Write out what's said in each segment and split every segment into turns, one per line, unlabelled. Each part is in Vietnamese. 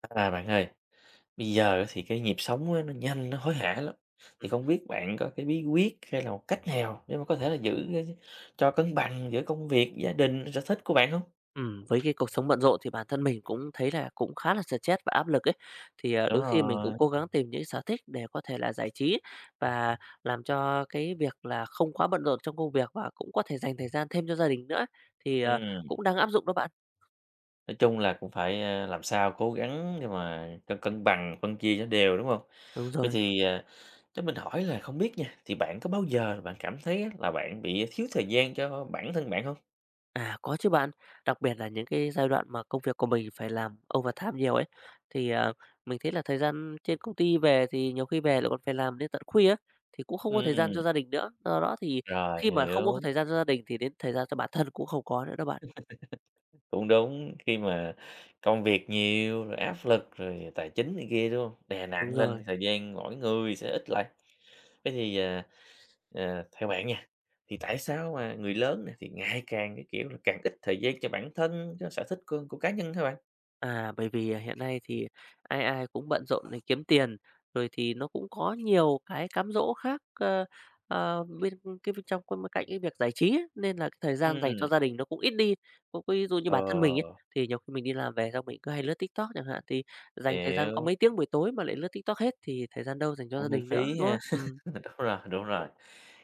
Bạn ơi, bây giờ thì cái nhịp sống á nó nhanh, nó hối hả lắm. Thì
Ừm,
không biết bạn có cái bí quyết hay là một cách nào để mà có thể là giữ cái cho cân bằng giữa công việc, gia đình, sở thích của bạn không?
với cái cuộc sống bận rộn thì bản thân mình cũng thấy là cũng khá là stress và áp lực ấy. Thì,
Đúng
đôi khi mình cũng
rồi.
cố gắng tìm những sở thích để có thể là giải trí và làm cho cái việc là không quá bận rộn trong công việc và cũng có thể dành thời gian thêm cho gia đình nữa, thì,
ừm,
cũng đang áp dụng đó bạn.
nói chung là cũng phải, làm sao cố gắng để mà cân cân bằng, phân chia cho đều, đúng không?
Đúng
Vậy
rồi.
thì, cho mình hỏi là không biết nha, thì bạn có bao giờ bạn cảm thấy á là bạn bị thiếu thời gian cho bản thân bạn không?
À, có chứ bạn. Đặc biệt là những cái giai đoạn mà công việc của mình phải làm overtime nhiều ấy, thì, mình thấy là thời gian trên công ty về thì nhiều khi về lại còn phải làm đến tận khuya ấy, thì cũng không có thời gian
Ừm,
cho gia đình nữa. Do đó thì
rồi,
khi mà không có
hiểu.
thời gian cho gia đình thì đến thời gian cho bản thân cũng không có nữa đó bạn.
Cũng đúng, khi mà công việc nhiều, rồi áp lực, rồi tài chính này kia, đúng hông? Đè
Đúng
nặng lên thì
rồi.
thời gian mỗi người sẽ ít lại. Thế thì, theo bạn nha, thì tại sao mà người lớn nè thì ngày càng, cái kiểu là, càng ít thời gian cho bản thân, cho sở thích của cá nhân hả bạn?
À, bởi vì, hiện nay thì ai ai cũng bận rộn để kiếm tiền, rồi thì nó cũng có nhiều cái cám dỗ khác, bên cái bên trong cái- bên cạnh cái việc giải trí ấy, nên là cái thời gian dành cho
Ừm,
gia đình nó cũng ít đi. Ví ví dụ như
ờ,
bản thân mình ấy, thì nhiều khi mình đi làm về xong mình cứ hay lướt TikTok chẳng hạn, thì dành thời gian có
hiểu,
mấy tiếng buổi tối mà lại lướt TikTok hết thì thời gian đâu dành cho gia
cũng hơi
đình nữa,
phí
đúng
ha.
không?
Đúng rồi, đúng rồi.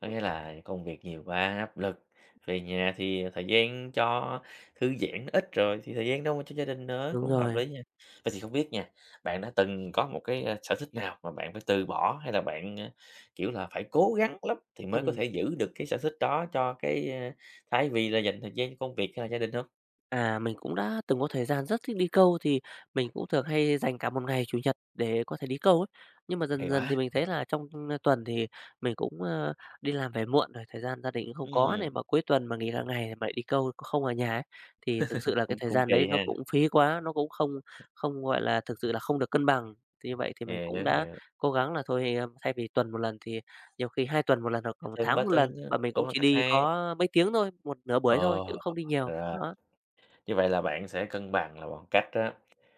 Có nghĩa là công việc nhiều quá, áp lực, về nhà thì thời gian cho thư giãn ít rồi thì thời gian đâu mà cho gia đình nữa,
Đúng
cũng hợp
rồi,
lý nha. Vậy thì không biết nha, bạn đã từng có một cái, sở thích nào mà bạn phải từ bỏ hay là bạn, kiểu là, phải cố gắng lắm thì mới có
ừm.
thể giữ được cái sở thích đó cho cái, thay vì là dành thời gian cho công việc hay là gia đình hông?
À, mình cũng đã từng có thời gian rất thích đi câu thì mình cũng thường hay dành cả một ngày Chủ nhật để có thể đi câu ấy. Nhưng mà
Hay
dần dần
quá!
thì mình thấy là trong tuần thì mình cũng, đi làm về muộn rồi, thời gian gia đình cũng không có
Ừm,
này, mà cuối tuần mà nghỉ cả ngày mà lại đi câu không ở nhà ấy, thì thực sự là cái
cũng
thời
cũng
gian đấy
kỳ
nó
ha.
cũng phí quá, nó cũng không không, gọi là, thực sự là không được cân bằng. Thì như vậy thì mình cũng
Hiểu,
đã
hiểu.
cố gắng là thôi, thay vì tuần một lần thì nhiều khi 2 tuần một lần hoặc là 1
Thân ba
tháng một
tinh
lần, và mình cũng
cũng là
chỉ
cách
đi
hay.
có mấy tiếng thôi, một nửa buổi thôi
Ồ,
chứ cũng không đi nhiều.
rồi.
Đó.
Như vậy là bạn sẽ cân bằng là bằng cách á,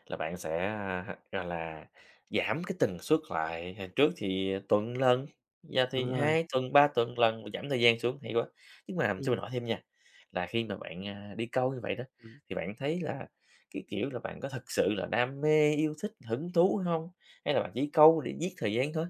là bạn sẽ, gọi là, giảm cái tần suất lại, hồi trước thì tuần lần, giờ
Đúng
thì
rồi,
2 tuần, 3 tuần lần, giảm thời gian xuống, hay quá. Nhưng mà cho mình
ừm,
hỏi thêm nha, là khi mà bạn, đi câu như vậy đó,
ừm.
thì bạn thấy là cái, kiểu là, bạn có thật sự là đam mê, yêu thích, hứng thú không? Hay là bạn chỉ câu để giết thời gian thôi?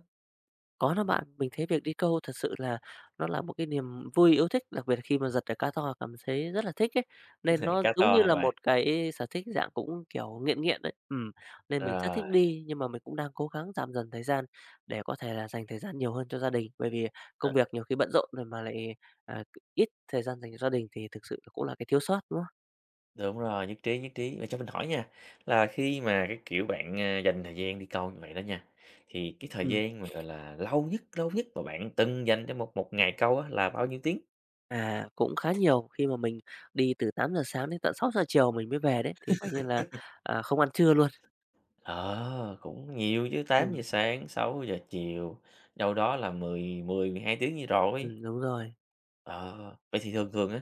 Có đó bạn, mình thấy việc đi câu thật sự là nó là một cái niềm vui yêu thích, đặc biệt là khi mà giật được cá to cảm thấy rất là thích ấy, nên nó
Cá
giống
to
như
hả
là
bạn?
một cái sở thích dạng cũng, kiểu, nghiện nghiện đấy. Nên mình rất thích
Rồi.
đi, nhưng mà mình cũng đang cố gắng giảm dần thời gian để có thể là dành thời gian nhiều hơn cho gia đình, bởi vì
Ờ.
công việc nhiều khi bận rộn rồi mà lại, à, ít thời gian dành cho gia đình thì thực sự là cũng là cái thiếu sót, đúng không?
Đúng rồi, nhất trí, nhất trí. Và cho mình hỏi nha, là khi mà, cái kiểu, bạn, dành thời gian đi câu như vậy đó nha, thì cái thời
Ừm.
gian mà, gọi là, lâu nhất mà bạn từng dành cho một một ngày câu á là bao nhiêu tiếng?
À, cũng khá nhiều, khi mà mình đi từ tám giờ sáng đến tận sáu giờ chiều mình mới về đấy, thì coi như là, không ăn trưa luôn.
Ờ, cũng nhiều chứ, tám giờ
Ừm,
sáng, 6 giờ chiều, đâu đó là mười mười mười hai tiếng như rồi.
đúng rồi,
Ờ, vậy thì thường thường á,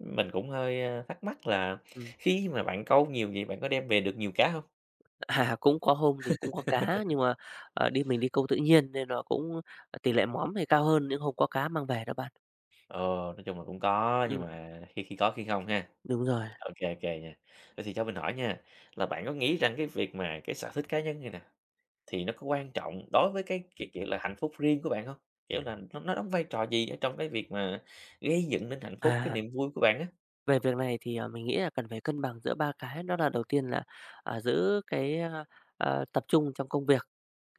mình cũng hơi, thắc mắc là
ừm.
khi mà bạn câu nhiều vậy, bạn có đem về được nhiều cá không?
À, cũng có hôm thì cũng có cá, nhưng mà, mình đi câu tự nhiên nên là cũng tỷ lệ móm thì cao hơn những hôm có cá mang về đó bạn.
Ờ, nói chung là cũng có, nhưng
Ừm,
mà khi khi có khi không ha.
đúng rồi,
OK, OK nha. Vậy thì cho mình hỏi nha, là bạn có nghĩ rằng cái việc mà cái sở thích cá nhân này nè, thì nó có quan trọng đối với cái, kiểu, kiểu là, hạnh phúc riêng của bạn không? Kiểu là, nó đóng vai trò gì ở trong cái việc mà gây dựng nên hạnh phúc, cái
à.
niềm vui của bạn á?
Về việc này thì, mình nghĩ là cần phải cân bằng giữa 3 cái, đó là đầu tiên là, giữ cái, tập trung trong công việc,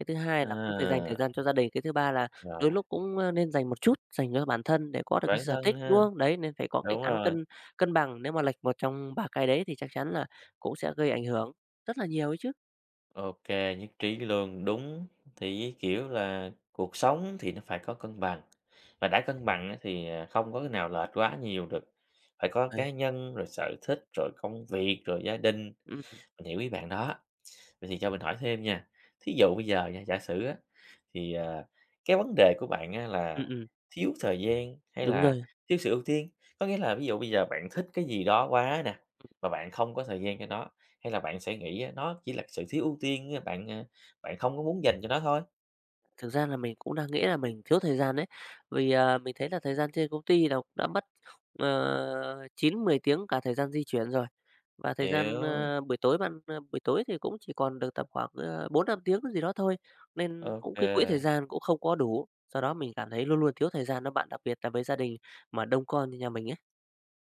cái thứ hai là cũng phải dành thời
À,
gian cho gia đình, cái thứ ba là
rồi,
đôi lúc cũng, nên dành một chút dành cho bản thân để có được cái
bản
sở
thân
thích, đúng
ha,
không? Đấy, nên phải có cái
đúng
cán
rồi,
cân cân bằng, nếu mà lệch một trong 3 cái đấy thì chắc chắn là cũng sẽ gây ảnh hưởng rất là nhiều ấy chứ.
OK nhất trí luôn, đúng. Thì, kiểu là, cuộc sống thì nó phải có cân bằng, và đã cân bằng á thì, không có cái nào lệch quá nhiều được, phải có
Đấy.
cá nhân, rồi sở thích, rồi công việc, rồi gia đình.
Ừm,
Mình hiểu ý bạn đó. Vậy thì cho mình hỏi thêm nha, thí dụ bây giờ nha, giả sử á, thì, cái vấn đề của bạn á
ừm,
là
ừm,
thiếu thời gian hay
đúng
là
rồi.
thiếu sự ưu tiên? Có nghĩa là ví dụ bây giờ bạn thích cái gì đó quá nè, mà bạn không có thời gian cho nó, hay là bạn sẽ nghĩ á nó chỉ là sự thiếu ưu tiên, á, bạn, bạn không có muốn dành cho nó thôi?
Thực ra là mình cũng đang nghĩ là mình thiếu thời gian đấy, vì, mình thấy là thời gian trên công ty là đã mất, 9-10 tiếng cả thời gian di chuyển rồi, và thời gian,
Hiểu,
ơ, buổi tối bạn ơ, buổi tối thì cũng chỉ còn được tầm khoảng, 4-5 tiếng gì đó thôi, nên cũng cái quỹ thời
ok.
gian cũng không có đủ. Do đó mình cảm thấy luôn luôn thiếu thời gian đó bạn, đặc biệt là với gia đình mà đông con như nhà mình ấy.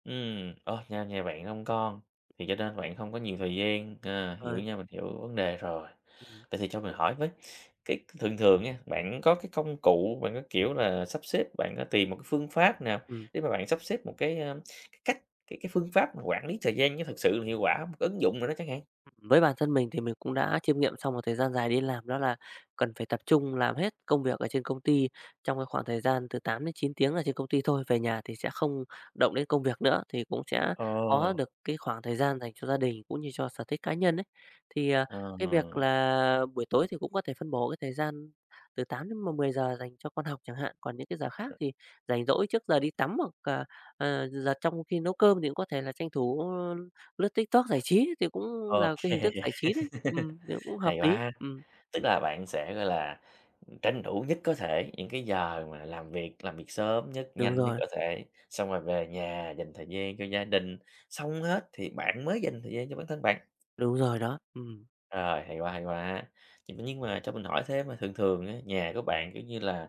Ơ, nhà nhà bạn đông con thì cho nên bạn không có nhiều thời gian, hiểu
Ờ,
nha, mình hiểu vấn đề rồi.
ừm,
Vậy thì cho mình hỏi với, cái thường thường nha, bạn có cái công cụ, bạn có, kiểu là, sắp xếp, bạn có tìm một cái phương pháp nào
ừm.
để mà bạn sắp xếp một cái, cái cách, cái phương pháp mà quản lý thời gian nó thực sự là hiệu quả hông? Một cái ứng dụng nào đó chẳng hạn?
Với bản thân mình thì mình cũng đã chiêm nghiệm sau một thời gian dài đi làm đó là cần phải tập trung làm hết công việc ở trên công ty trong cái khoảng thời gian từ 8 đến 9 tiếng ở trên công ty thôi, về nhà thì sẽ không động đến công việc nữa, thì cũng sẽ
Ờ,
có được cái khoảng thời gian dành cho gia đình cũng như cho sở thích cá nhân ấy. Thì,
ờ,
cái việc là buổi tối thì cũng có thể phân bổ cái thời gian từ 8 đến mười giờ dành cho con học chẳng hạn, còn những cái giờ khác thì rảnh rỗi trước giờ đi tắm hoặc, giờ trong khi nấu cơm thì cũng có thể là tranh thủ lướt TikTok giải trí thì cũng
ô
là cái
kê,
hình thức giải trí đấy, thì cũng hợp
hay
lý.
quá. Tức là bạn sẽ, gọi là, tranh thủ nhất có thể những cái giờ mà làm việc sớm nhất,
Đúng
nhanh nhất
rồi,
có thể, xong rồi về nhà dành thời gian cho gia đình, xong hết thì bạn mới dành thời gian cho bản thân bạn.
đúng rồi đó,
Rồi, hay quá, hay quá! Nhưng mà cho mình hỏi thêm mà thường thường á, nhà của bạn, kiểu như là,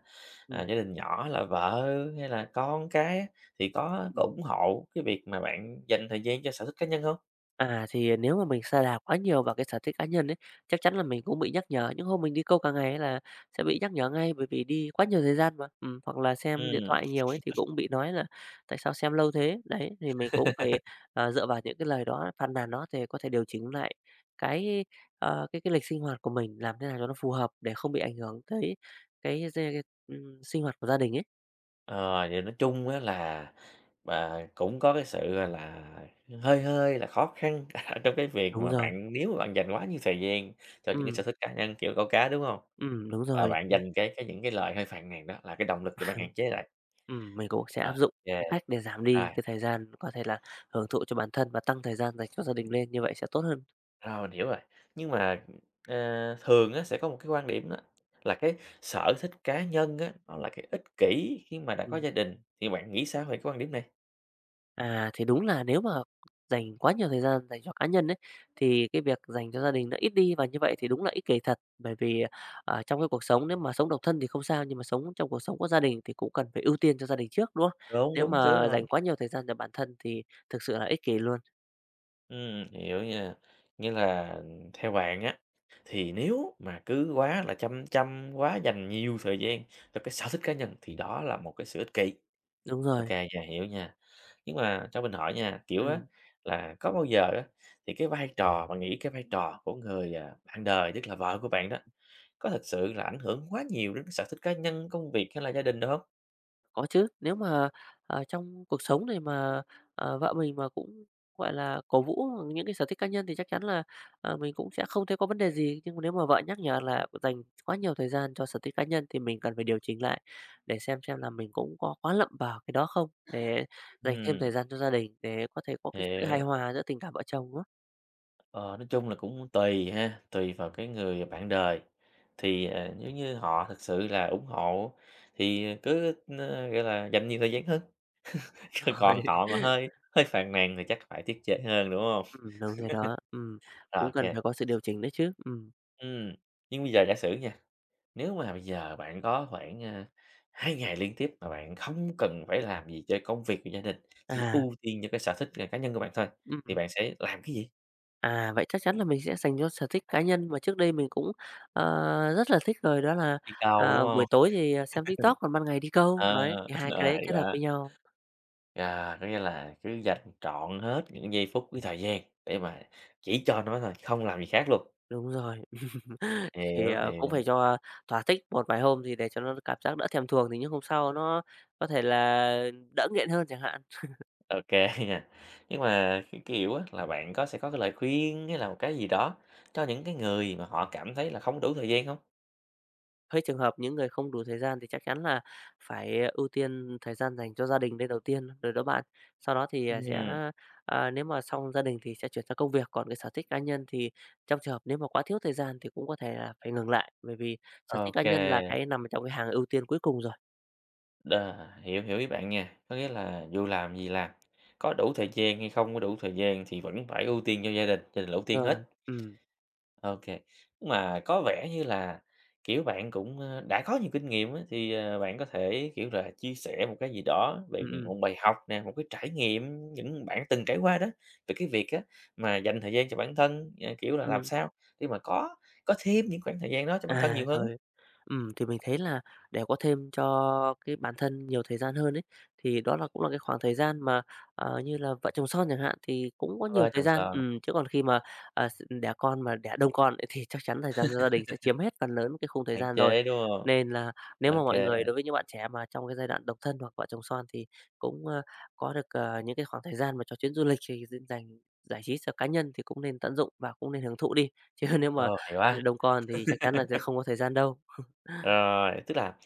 ừm,
gia đình nhỏ là vợ hay là con cái á, thì có
ừm.
ủng hộ cái việc mà bạn dành thời gian cho sở thích cá nhân không?
À, thì nếu mà mình sa đà quá nhiều vào cái sở thích cá nhân ấy, chắc chắn là mình cũng bị nhắc nhở. Những hôm mình đi câu cả ngày ấy là sẽ bị nhắc nhở ngay, bởi vì đi quá nhiều thời gian mà. Hoặc là xem điện thoại nhiều ấy thì cũng bị nói là "Tại sao xem lâu thế?" Đấy, thì mình cũng
Ừm.
phải, dựa vào những cái lời đó, phàn nàn đó thì có thể điều chỉnh lại cái, cái lịch sinh hoạt của mình, làm thế nào cho nó phù hợp để không bị ảnh hưởng tới cái d sinh hoạt của gia đình ấy.
Ờ, thì nói chung á là bà cũng có cái sự, gọi là, hơi hơi là khó khăn ở trong cái việc
Đúng
mà
rồi.
bạn nếu mà bạn dành quá nhiều thời gian cho những cái sở
Ừm,
thích cá nhân, kiểu, câu cá, đúng không?
đúng
Ờ,
rồi.
bạn dành cái những cái lời hơi phàn nàn đó là cái động lực để bạn hạn chế lại.
Mình cũng sẽ
Ờ,
áp dụng
ô
cái cách để giảm
rồi,
đi cái thời gian có thể là hưởng thụ cho bản thân và tăng thời gian dành cho gia đình lên, như vậy sẽ tốt hơn.
rồi, mình hiểu rồi. Nhưng mà, ờ, thường á sẽ có một cái quan điểm đó là cái sở thích cá nhân á, nó là cái ích kỷ khi mà đã có
Ừm,
gia đình, thì bạn nghĩ sao về cái quan điểm này?
thì đúng là nếu mà dành quá nhiều thời gian dành cho cá nhân ấy, thì cái việc dành cho gia đình nó ít đi và như vậy thì đúng là ích kỷ thật. Bởi vì, trong cái cuộc sống nếu mà sống độc thân thì không sao, nhưng mà sống trong cuộc sống có gia đình thì cũng cần phải ưu tiên cho gia đình trước, đúng không?
Đúng,
Nếu
đúng chứ,
mà
rồi.
dành quá nhiều thời gian cho bản thân thì thực sự là ích kỷ luôn.
Hiểu nha. Nghĩa là theo bạn á, thì nếu mà cứ quá là chăm chăm, quá dành nhiều thời gian cho cái sở thích cá nhân thì đó là một cái sự ích kỷ.
Đúng
Ô
rồi,
kê hiểu nha. Nhưng mà cho mình hỏi nha, kiểu á,
ừm.
là có bao giờ á, thì cái vai trò bạn nghĩ cái vai trò của người, bạn đời, tức là vợ của bạn đó, có thật sự là ảnh hưởng quá nhiều đến cái sở thích cá nhân, công việc hay là gia đình được không?
Có chứ, nếu mà, trong cuộc sống này mà, vợ mình mà cũng, gọi là, cổ vũ những cái sở thích cá nhân thì chắc chắn là, mình cũng sẽ không thấy có vấn đề gì. Nhưng mà nếu mà vợ nhắc nhở là dành quá nhiều thời gian cho sở thích cá nhân thì mình cần phải điều chỉnh lại để xem là mình cũng có quá lậm vào cái đó không, để dành thêm
Ừm,
thời gian cho gia đình, để có thể có cái sự hài
hiểu.
hòa giữa tình cảm vợ chồng đó.
Ờ, nói chung là cũng tùy ha, tùy vào cái người bạn đời. Thì, nếu như họ thực sự là ủng hộ thì cứ, gọi là, dành nhiều thời gian hơn, còn còn họ mà
Rồi,
hơi hơi phàn nàn thì chắc phải tiết chế hơn, đúng không?
đúng rồi đó,
Rồi,
cũng cần
ô
phải có sự điều chỉnh đấy chứ.
Ừm, nhưng bây giờ giả sử nha, nếu mà bây giờ bạn có khoảng, 2 ngày liên tiếp mà bạn không cần phải làm gì cho công việc và gia đình, chỉ
À,
ưu tiên cho cái sở thích, cá nhân của bạn thôi, thì
ừm.
bạn sẽ làm cái gì?
À, vậy chắc chắn là mình sẽ dành cho sở thích cá nhân mà trước đây mình cũng, rất là thích rồi, đó là,
Đi câu, đúng hông?
buổi tối thì, xem TikTok, còn ban ngày đi câu,
Ờ,
đấy, thì hai cái đấy
hay
kết hợp
quá.
với nhau.
À, có nghĩa là cứ dành trọn hết những giây phút với thời gian để mà chỉ cho nó thôi, không làm gì khác luôn.
Đúng rồi. Thì,
Hiểu,
cũng
hiểu,
phải cho thỏa thích một vài hôm thì để cho nó cảm giác đỡ thèm thuồng thì những hôm sau nó có thể là đỡ nghiện hơn chẳng hạn.
ok kê nha. Nhưng mà, cái kiểu á, là bạn có sẽ có cái lời khuyên hay là một cái gì đó cho những cái người mà họ cảm thấy là không đủ thời gian hông?
Với trường hợp những người không đủ thời gian thì chắc chắn là phải ưu tiên thời gian dành cho gia đình lên đầu tiên rồi đó bạn. Sau đó thì, sẽ
Ừm,
nếu mà xong gia đình thì sẽ chuyển sang công việc, còn cái sở thích cá nhân thì trong trường hợp nếu mà quá thiếu thời gian thì cũng có thể là phải ngừng lại, bởi vì sở thích cá nhân là
ô
cái nằm trong cái hàng ưu tiên cuối cùng rồi.
đờ, hiểu, hiểu ý bạn nha. Có nghĩa là dù làm gì làm, có đủ thời gian hay không có đủ thời gian thì vẫn phải ưu tiên cho gia đình là ưu tiên hết.
Rồi, ừ
OK. Mà có vẻ như là, kiểu, bạn cũng, đã có nhiều kinh nghiệm á, thì, bạn có thể, kiểu là, chia sẻ một cái gì đó
ừ
về những-
ừm,
một bài học nè, một cái trải nghiệm những bạn từng trải qua đó, về cái việc á, mà dành thời gian cho bản thân, kiểu là, làm
ừm.
sao để mà có thêm những khoảng thời gian đó cho bản thân
À,
nhiều hơn á.
rồi. Thì mình thấy là để có thêm cho cái bản thân nhiều thời gian hơn ấy, thì đó là cũng là cái khoảng thời gian mà, như là vợ chồng son chẳng hạn, thì cũng có nhiều
Vơ
thời
trồng
gian.
sờ,
Chứ còn khi mà, s đẻ con mà đẻ đông con ấy thì chắc chắn thời gian cho gia đình sẽ chiếm hết phần lớn cái khung thời
hạn
gian rồi.
chế, đúng không?
Nên là nếu mà mọi
OK.
người đối với những bạn trẻ mà trong cái giai đoạn độc thân hoặc vợ chồng son thì cũng, có được, những cái khoảng thời gian mà cho chuyến du lịch thì dành giải trí cho cá nhân thì cũng nên tận dụng và cũng nên hưởng thụ đi. Chứ nếu mà
Ồ, hay quá!
đông con thì chắc chắn là sẽ không có thời gian đâu.
Rồi, tức là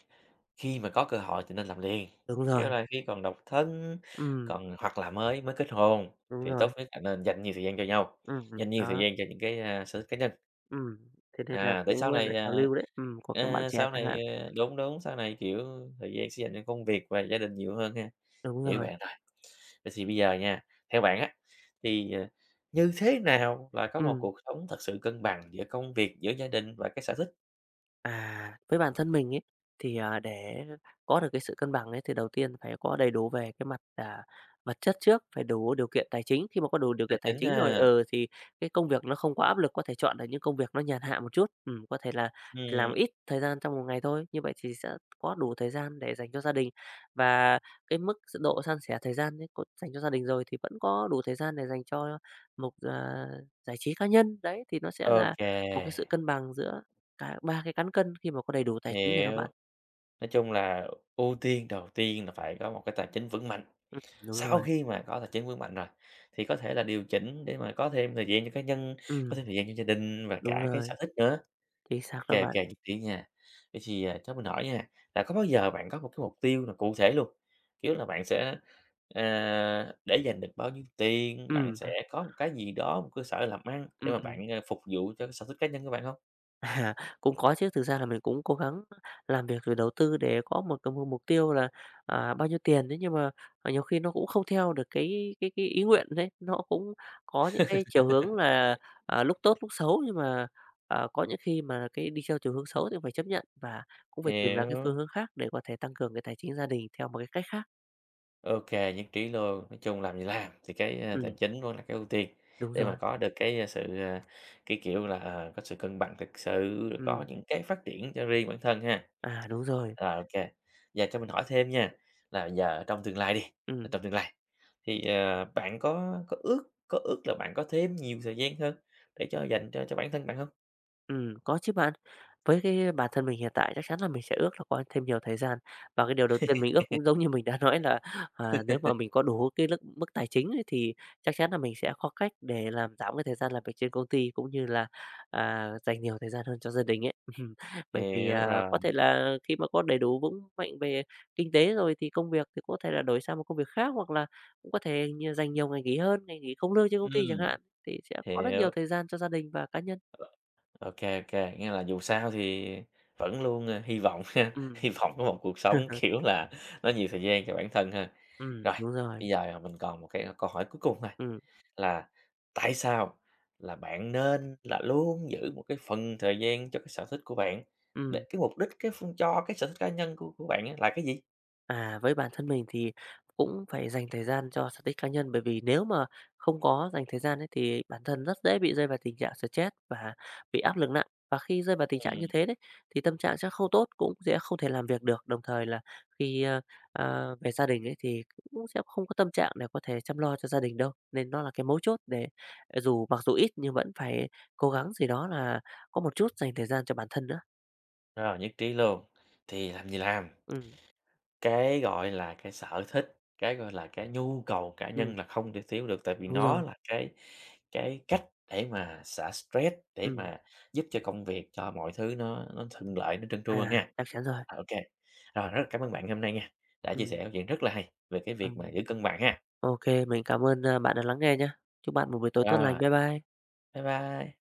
khi mà có cơ hội thì nên làm liền,
Đúng rồi,
kiểu là, khi còn độc thân,
ừm,
còn hoặc là mới mới kết hôn
đúng
thì tốt
rồi,
nhất là nên dành nhiều thời gian cho nhau, dành nhiều thời
đó,
gian cho những cái, sở thích cá nhân.
ừm, thế nên là
À, để
cũng,
sau
là
này,
trào lưu đấy, của các bạn trẻ
sau
chẳng hạn.
này, ờ đúng, đúng, sau này, kiểu, thời gian sẽ dành cho công việc và gia đình nhiều hơn ha.
Đúng
Hiểu
rồi,
bạn rồi. Vậy thì bây giờ nha, theo bạn á, thì, như thế nào là có một
ừm.
cuộc sống thật sự cân bằng giữa công việc, giữa gia đình và cái sở thích
À, với bản thân mình ấy, thì, để có được cái sự cân bằng ấy, thì đầu tiên phải có đầy đủ về cái mặt, vật chất trước, phải đủ điều kiện tài chính. Khi mà có đủ điều
là
kiện tài
chính
chính rồi,
ha?
ờ thì cái công việc nó không quá áp lực, có thể chọn được những công việc nó nhàn hạ một chút. Có thể là làm
Ừm,
ít thời gian trong một ngày thôi, như vậy thì sẽ có đủ thời gian để dành cho gia đình. Và cái mức s độ san sẻ thời gian ấy có dành cho gia đình rồi thì vẫn có đủ thời gian để dành cho một giải trí cá nhân. Đấy, thì nó sẽ
ô
là
kê,
một cái sự cân bằng giữa cả 3 cái cán cân khi mà có đầy đủ tài chính rồi đó
hiểu.
bạn.
Nói chung là ưu tiên đầu tiên là phải có một cái tài chính vững mạnh.
Ừm, đúng
Sau
rồi,
khi mà có tài chính vững mạnh rồi, thì có thể là điều chỉnh để mà có thêm thời gian cho cá nhân, có
ừm,
thêm thời gian cho gia đình và
đúng
cả cái sở
rồi,
thích nữa.
chính xác
Ô
đó
kê,
bạn.
ô nhất trí nha. Vậy thì, cho mình hỏi nha, là có bao giờ bạn có một cái mục tiêu là cụ thể luôn, kiểu là, bạn sẽ, ờ, để dành được bao nhiêu tiền, bạn
Ừm,
sẽ có một cái gì đó, một cơ sở làm ăn để
ừm,
mà
ừm.
bạn, phục vụ cho cái sở thích cá nhân của bạn không?
À, cũng có chứ, thực ra là mình cũng cố gắng làm việc rồi đầu tư để có một cái mục mục tiêu là, bao nhiêu tiền đấy, nhưng mà, nhiều khi nó cũng không theo được cái ý nguyện đấy, nó cũng có những cái chiều hướng là, lúc tốt lúc xấu, nhưng mà, có những khi mà cái đi theo chiều hướng xấu thì cũng phải chấp nhận và cũng phải tìm ra cái
Hiểu.
phương hướng khác để có thể tăng cường cái tài chính gia đình theo một cái cách khác.
OK, nhất trí luôn. Nói chung làm gì làm thì cái, tài
Ừm,
chính vẫn là cái ưu tiên
đúng
để
rồi,
mà có được cái, sự, cái kiểu là, có sự cân bằng thực sự, rồi có
ừm.
những cái phát triển cho riêng bản thân ha.
À, đúng rồi.
Rồi, OK. Giờ cho mình hỏi thêm nha, là giờ trong tương lai đi, là
Ừ.
trong tương lai thì, bạn có ước ước là bạn có thêm nhiều thời gian hơn để cho dành cho bản thân bạn không?
Có chứ bạn. Với cái bản thân mình hiện tại chắc chắn là mình sẽ ước là có thêm nhiều thời gian. Và cái điều đầu tiên mình ước cũng giống như mình đã nói là, nếu mà mình có đủ cái mức mức tài chính ấy thì chắc chắn là mình sẽ có cách để làm giảm cái thời gian làm việc trên công ty, cũng như là, dành nhiều thời gian hơn cho gia đình ấy. Bởi vì,
Hiểu rồi,
có thể là khi mà có đầy đủ vững mạnh về kinh tế rồi thì công việc thì có thể là đổi sang một công việc khác, hoặc là cũng có thể dành nhiều ngày nghỉ hơn, ngày nghỉ không lương trên công ty chẳng
ừm,
hạn, thì sẽ có rất nhiều
hiểu.
thời gian cho gia đình và cá nhân.
OK, OK, nghĩa là dù sao thì vẫn luôn, hy vọng ha,
Ừm.
hy vọng có một cuộc sống, kiểu là, nó nhiều thời gian cho bản thân ha. Rồi,
Đúng
bây
rồi.
giờ, mình còn một cái câu hỏi cuối cùng thôi,
Ừm,
là tại sao là bạn nên là luôn giữ một cái phần thời gian cho cái sở thích của bạn,
ừm.
để cái mục đích cái phương cho cái sở thích cá nhân của bạn á là cái gì?
À, với bản thân mình thì cũng phải dành thời gian cho sở thích cá nhân, bởi vì nếu mà không có dành thời gian ấy thì bản thân rất dễ bị rơi vào tình trạng stress và bị áp lực nặng. Và khi rơi vào tình trạng như
Ừm,
thế đấy, thì tâm trạng sẽ không tốt, cũng sẽ không thể làm việc được. Đồng thời là khi, về gia đình ấy thì cũng sẽ không có tâm trạng để có thể chăm lo cho gia đình đâu. Nên nó là cái mấu chốt để dù mặc dù ít nhưng vẫn phải cố gắng gì đó là có một chút dành thời gian cho bản thân nữa.
rồi, nhất trí luôn, thì làm gì làm.
Ừm,
Cái, gọi là, cái sở thích, cái, gọi là, cái nhu cầu cá
ừm,
nhân là không thể thiếu được, tại vì
đúng
nó
rồi.
là cái cách để mà xả stress, để
Ừm,
mà giúp cho công việc, cho mọi thứ nó thuận lợi, nó trơn tru hơn
à,
ha.
chắc chắn rồi.
À, ô rồi rất là cảm ơn bạn hôm nay nha, đã chia sẻ
Ừm,
câu chuyện rất là hay về cái việc mà giữ
ừm.
cân bằng ha.
Ô kê, mình cảm ơn, bạn đã lắng nghe nhá. Chúc bạn một buổi tối tốt lành.
Rồi,
Bye bye.
bye bye.